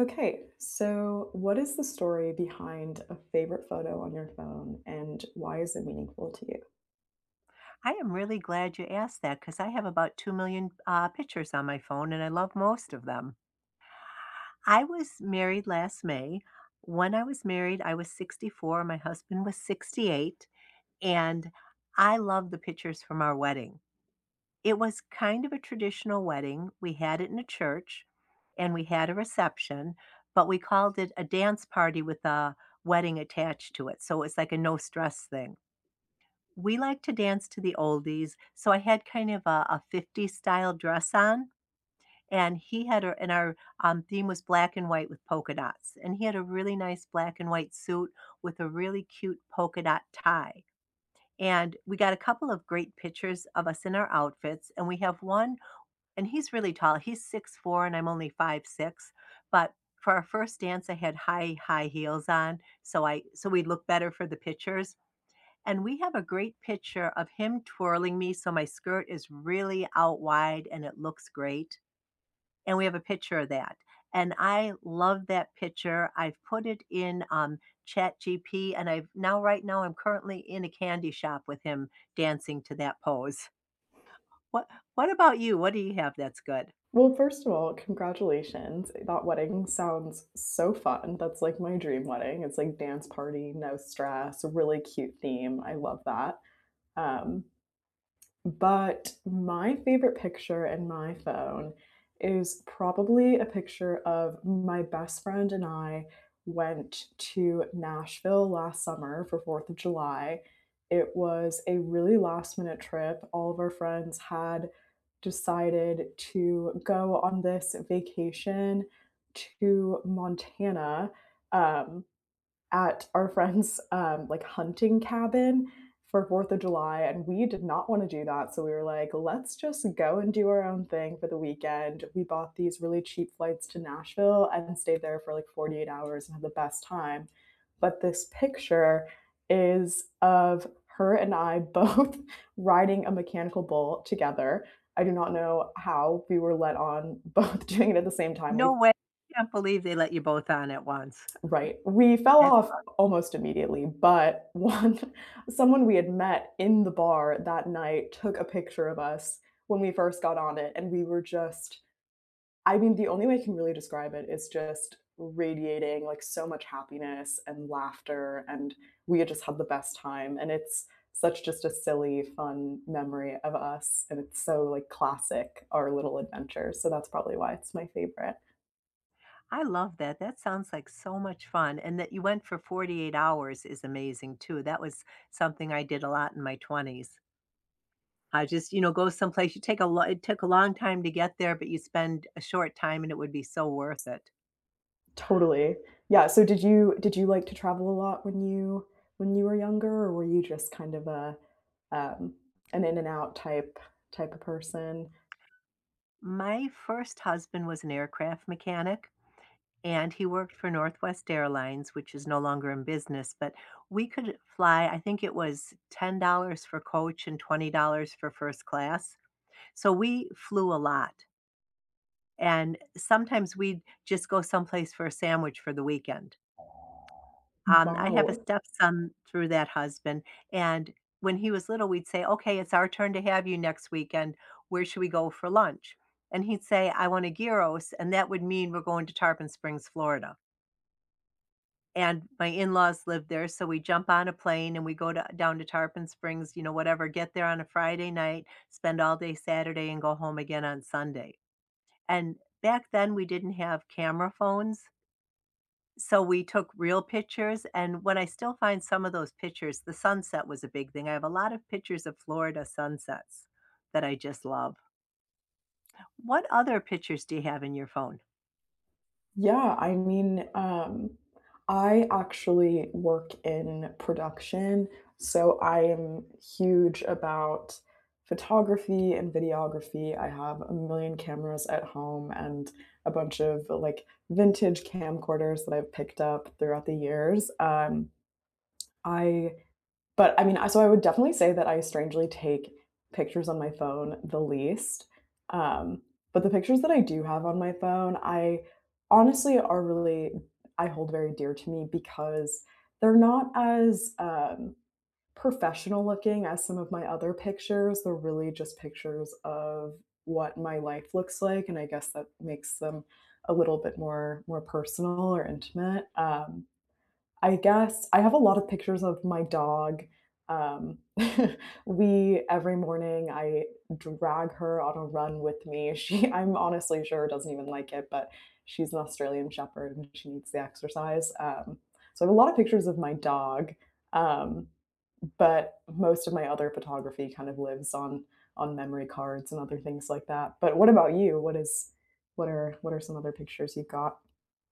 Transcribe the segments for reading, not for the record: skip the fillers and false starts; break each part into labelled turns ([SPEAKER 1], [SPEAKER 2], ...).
[SPEAKER 1] Okay, so what is the story behind a favorite photo on your phone and why is it meaningful to you?
[SPEAKER 2] I am really glad you asked that because I have about 2 million pictures on my phone and I love most of them. I was married last May. When I was married, I was 64, my husband was 68, and I love the pictures from our wedding. It was kind of a traditional wedding. We had it in a church and we had a reception, but we called it a dance party with a wedding attached to it. So it's like a no stress thing. We like to dance to the oldies, so I had kind of a 50s style dress on, and he had a and our, theme was black and white with polka dots, and he had a really nice black and white suit with a really cute polka dot tie, and we got a couple of great pictures of us in our outfits, and we have one. And he's really tall, he's 6'4", and I'm only 5'6". But for our first dance, I had high, high heels on, so we'd look better for the pictures, and we have a great picture of him twirling me, so my skirt is really out wide and it looks great. And we have a picture of that. And I love that picture. I've put it in Chat GP. And right now, I'm currently in a candy shop with him dancing to that pose. What What about you? What do you have that's good?
[SPEAKER 1] Well, first of all, congratulations. That wedding sounds so fun. That's like my dream wedding. It's like dance party, no stress, really cute theme. I love that. Um, But my favorite picture in my phone is probably a picture of my best friend and I went to Nashville last summer for 4th of July. It was a really last minute trip. All of our friends had decided to go on this vacation to Montana, um, at our friend's like hunting cabin for 4th of July, and we did not want to do that. So we were like, let's just go and do our own thing for the weekend. We bought these really cheap flights to Nashville and stayed there for like 48 hours and had the best time. But this picture is of her and I both riding a mechanical bull together. I do not know how we were let on both doing it at the same time.
[SPEAKER 2] No
[SPEAKER 1] We
[SPEAKER 2] way! I can't believe they let you both on at once.
[SPEAKER 1] Right. We fell
[SPEAKER 2] That's...
[SPEAKER 1] off almost immediately, but one someone we had met in the bar that night took a picture of us when we first got on it, and we were just I mean, the only way I can really describe it is just radiating, like, so much happiness and laughter, and we had just had the best time, and it's such just a silly, fun memory of us, and it's so, like, classic, our little adventure, so that's probably why it's my favorite.
[SPEAKER 2] I love that. That sounds like so much fun. And that you went for 48 hours is amazing too. That was something I did a lot in my 20s. I just go someplace. You take a lot, it took a long time to get there, but you spend a short time and it would be so worth it.
[SPEAKER 1] Totally. Yeah, so did you like to travel a lot when you were younger, or were you just kind of a, um, an in and out type of person?
[SPEAKER 2] My first husband was an aircraft mechanic and he worked for Northwest Airlines, which is no longer in business, but we could fly, I think it was $10 for coach and $20 for first class. So we flew a lot. And sometimes we'd just go someplace for a sandwich for the weekend. I have a
[SPEAKER 1] Wow.
[SPEAKER 2] stepson through that husband, and when he was little, we'd say, "Okay, it's our turn to have you next weekend. Where should we go for lunch?" And he'd say, "I want a gyros," and that would mean we're going to Tarpon Springs, Florida. And my in-laws live there, so we jump on a plane and we go to down to Tarpon Springs, whatever, get there on a Friday night, spend all day Saturday, and go home again on Sunday. And back then, we didn't have camera phones. So we took real pictures, and when I still find some of those pictures, the sunset was a big thing. I have a lot of pictures of Florida sunsets that I just love. What other pictures do you have in your phone?
[SPEAKER 1] Yeah, I mean, I actually work in production, so I am huge about photography and videography. I have a million cameras at home and a bunch of like vintage camcorders that I've picked up throughout the years. I but I mean, so I would definitely say that I strangely take pictures on my phone the least. Um, but the pictures that I do have on my phone, I honestly are really, I hold very dear to me because they're not as professional looking as some of my other pictures. They're really just pictures of what my life looks like. And I guess that makes them a little bit more personal or intimate. I guess I have a lot of pictures of my dog. Um, we every morning I drag her on a run with me. She I'm honestly sure doesn't even like it, but she's an Australian shepherd and she needs the exercise. So I have a lot of pictures of my dog. Um, but most of my other photography kind of lives on memory cards and other things like that. But what about you? What is what are some other pictures you've got?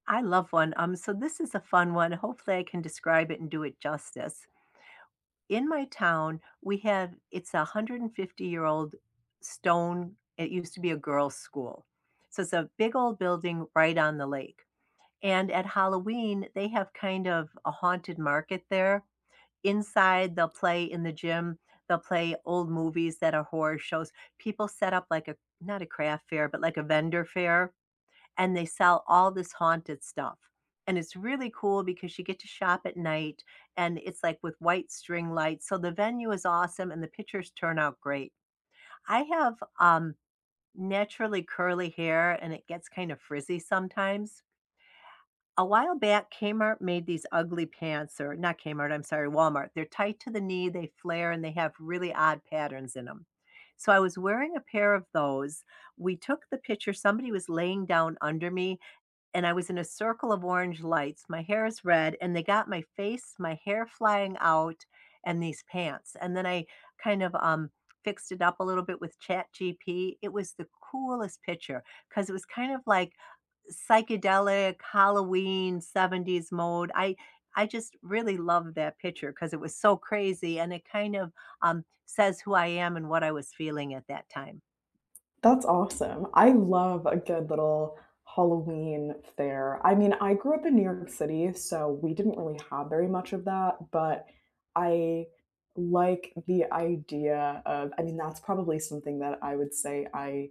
[SPEAKER 2] I love one. So this is a fun one. Hopefully, I can describe it and do it justice. In my town, we have it's a 150-year-old stone. It used to be a girls' school. So it's a big old building right on the lake. And at Halloween, they have kind of a haunted market there. Inside, they'll play in the gym, they'll play old movies that are horror shows. People set up like a not a craft fair, but like a vendor fair, and they sell all this haunted stuff. And it's really cool because you get to shop at night and it's like with white string lights. So the venue is awesome and the pictures turn out great. I have naturally curly hair and it gets kind of frizzy sometimes. A while back, Kmart made these ugly pants, or not Kmart, I'm sorry, Walmart. They're tight to the knee, they flare, and they have really odd patterns in them. So I was wearing a pair of those. We took the picture. Somebody was laying down under me, and I was in a circle of orange lights. My hair is red, and they got my face, my hair flying out, and these pants. And then I kind of fixed it up a little bit with Chat GP. It was the coolest picture because it was kind of like psychedelic Halloween 70s mode. I just really loved that picture because it was so crazy and it kind of says who I am and what I was feeling at that time.
[SPEAKER 1] That's awesome. I love a good little Halloween fair. I mean, I grew up in New York City, so we didn't really have very much of that, but I like the idea of I mean, that's probably something that I would say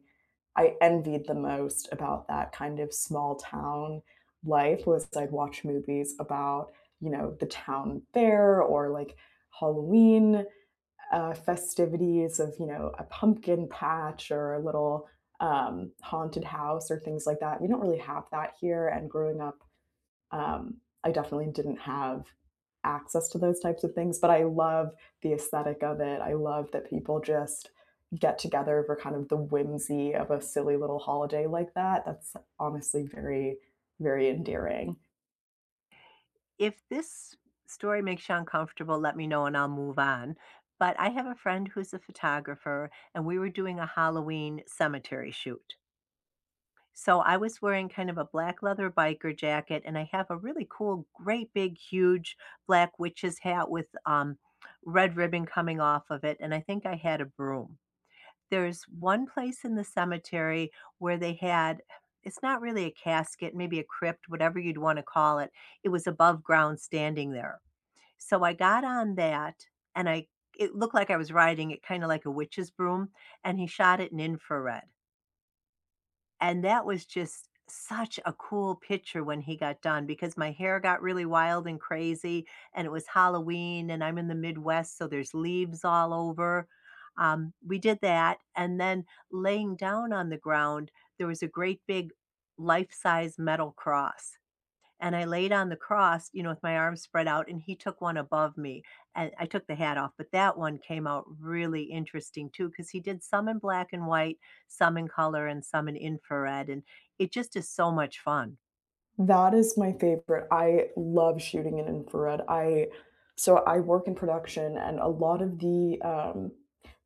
[SPEAKER 1] I envied the most about that kind of small town life was I'd watch movies about, you know, the town fair or like Halloween festivities of, you know, a pumpkin patch or a little haunted house or things like that. We don't really have that here. And growing up I definitely didn't have access to those types of things, but I love the aesthetic of it. I love that people just get together for kind of the whimsy of a silly little holiday like that. That's honestly very, very endearing.
[SPEAKER 2] If this story makes you uncomfortable, let me know and I'll move on. But I have a friend who's a photographer and we were doing a Halloween cemetery shoot. So I was wearing kind of a black leather biker jacket, and I have a really cool, great big, huge black witch's hat with red ribbon coming off of it. And I think I had a broom. There's one place in the cemetery where they had, it's not really a casket, maybe a crypt, whatever you'd want to call it. It was above ground standing there. So I got on that, and it looked like I was riding it kind of like a witch's broom, and he shot it in infrared. And that was just such a cool picture when he got done because my hair got really wild and crazy, and it was Halloween, and I'm in the Midwest, so there's leaves all over. We did that, and then laying down on the ground, there was a great big life-size metal cross, and I laid on the cross, with my arms spread out, and he took one above me, and I took the hat off, but that one came out really interesting too, because he did some in black and white, some in color, and some in infrared, and it just is so much fun.
[SPEAKER 1] That is my favorite. I love shooting in infrared. I so I work in production and a lot of the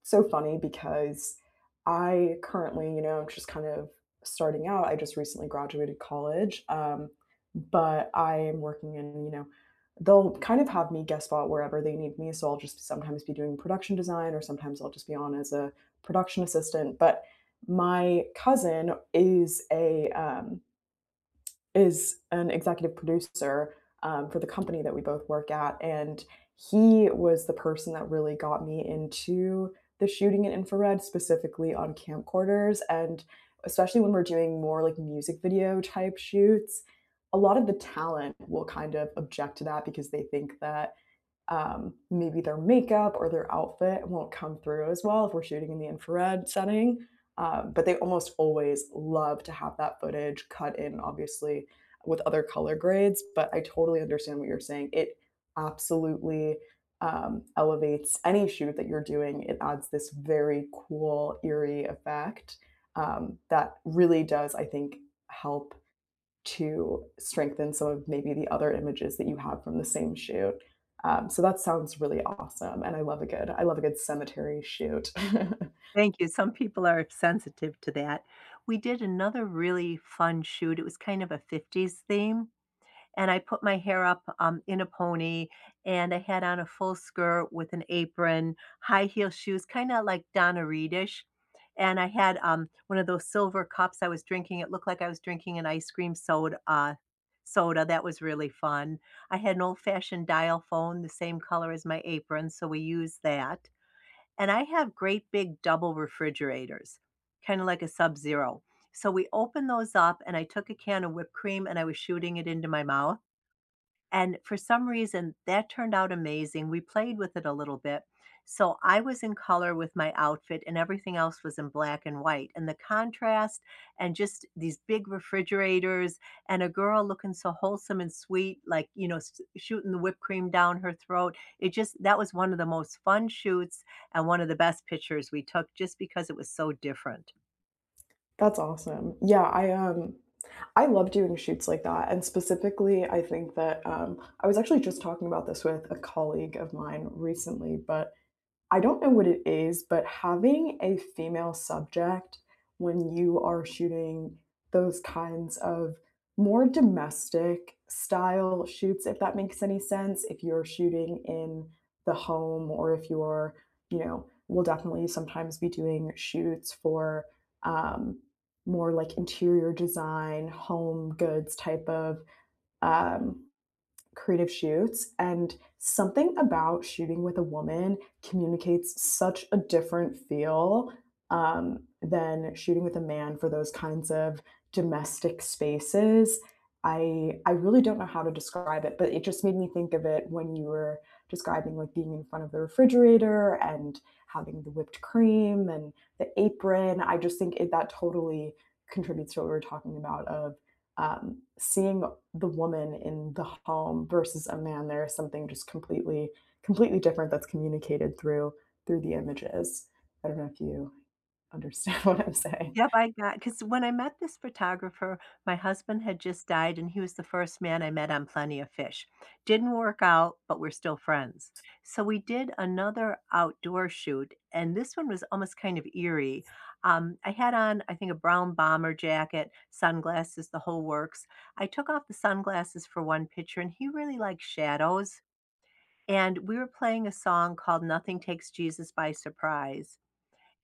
[SPEAKER 1] so funny because I currently, you know, I'm just kind of starting out. I just recently graduated college. But I am working in, you know, they'll kind of have me guest spot wherever they need me. So I'll just sometimes be doing production design or sometimes I'll just be on as a production assistant. But my cousin is a is an executive producer, for the company that we both work at, and he was the person that really got me into the shooting in infrared, specifically on camcorders, and especially when we're doing more, like, music video type shoots, a lot of the talent will kind of object to that because they think that maybe their makeup or their outfit won't come through as well if we're shooting in the infrared setting. But they almost always love to have that footage cut in, obviously, with other color grades. But I totally understand what you're saying. It absolutely elevates any shoot that you're doing. It adds this very cool, eerie effect that really does, I think, help to strengthen some of maybe the other images that you have from the same shoot. So that sounds really awesome, and I love a good I love a good cemetery shoot.
[SPEAKER 2] Thank you. Some people are sensitive to that. We did another really fun shoot. It was kind of a 50s theme, and I put my hair up in a pony, and I had on a full skirt with an apron, high heel shoes, kinda like Donna Reedish. And I had, one of those silver cups I was drinking. It looked like I was drinking an ice cream soda. That was really fun. I had an old-fashioned dial phone the same color as my apron, so we used that, and I have great big double refrigerators, kinda like a Sub Zero. So we opened those up, and I took a can of whipped cream, and I was shooting it into my mouth. And for some reason, that turned out amazing. We played with it a little bit. So I was in color with my outfit, and everything else was in black and white. And the contrast, and just these big refrigerators, and a girl looking so wholesome and sweet, like, shooting the whipped cream down her throat. That was one of the most fun shoots and one of the best pictures we took just because it was so different.
[SPEAKER 1] That's awesome. I love doing shoots like that, and specifically, I think that I was actually just talking about this with a colleague of mine recently, but I don't know what it is, but having a female subject when you are shooting those kinds of more domestic style shoots, if that makes any sense, if you're shooting in the home or if you're, you know, we'll definitely sometimes be doing shoots for um, more like interior design, home goods type of um, creative shoots and something about shooting with a woman communicates such a different feel than shooting with a man for those kinds of domestic spaces. I really don't know how to describe it, but it just made me think of it when you were describing like being in front of the refrigerator and having the whipped cream and the apron. I just think it, that totally contributes to what we were talking about of seeing the woman in the home versus a man there is something just completely different that's communicated through the images. I don't know if you understand what I'm saying.
[SPEAKER 2] Yep, I got because when I met this photographer, my husband had just died, and he was the first man I met on Plenty of Fish. Didn't work out, but we're still friends. So we did another outdoor shoot, and this one was almost kind of eerie. I had on, I think, a brown bomber jacket, sunglasses, the whole works. I took off the sunglasses for one picture, and he really liked shadows. And we were playing a song called Nothing Takes Jesus by Surprise.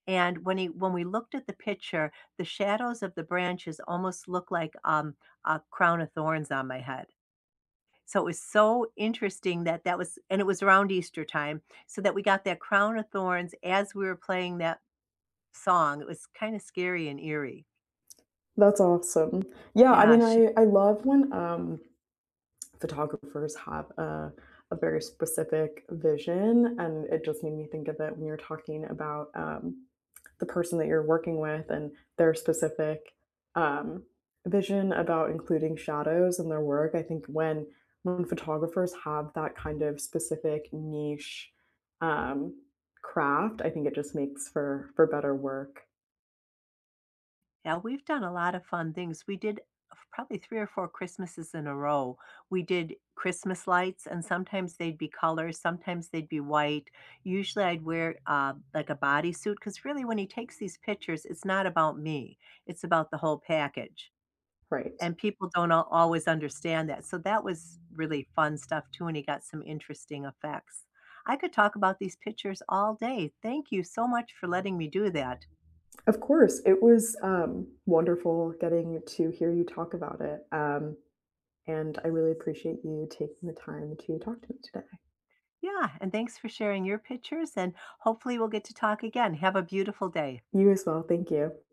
[SPEAKER 2] And when we looked at the picture, the shadows of the branches almost looked like a crown of thorns on my head. So it was so interesting that that was, and it was around Easter time, so that we got that crown of thorns as we were playing that song. It was kinda scary and eerie.
[SPEAKER 1] That's awesome. Yeah, I
[SPEAKER 2] Yeah,
[SPEAKER 1] mean I love when photographers have a very specific vision. And it just made me think of it when you're talking about the person that you're working with and their specific um, vision about including shadows in their work. I think when photographers have that kind of specific niche um, craft, I think it just makes for better work.
[SPEAKER 2] yeah, we've done a lot of fun things. We did probably 3 or 4 Christmases in a row. We did Christmas lights, and sometimes they'd be colors, sometimes they'd be white. Usually, I'd wear, like, a bodysuit, because really, when he takes these pictures, it's not about me, it's about the whole package,
[SPEAKER 1] Right.
[SPEAKER 2] and people don't al always understand that, so that was really fun stuff too, and he got some interesting effects. I could talk about these pictures all day. Thank you so much for letting me do that.
[SPEAKER 1] Of course, it was wonderful getting to hear you talk about it. And I really appreciate you taking the time to talk to me today.
[SPEAKER 2] Yeah, and thanks for sharing your pictures, and hopefully we'll get to talk again. Have a beautiful day.
[SPEAKER 1] You as well. Thank you.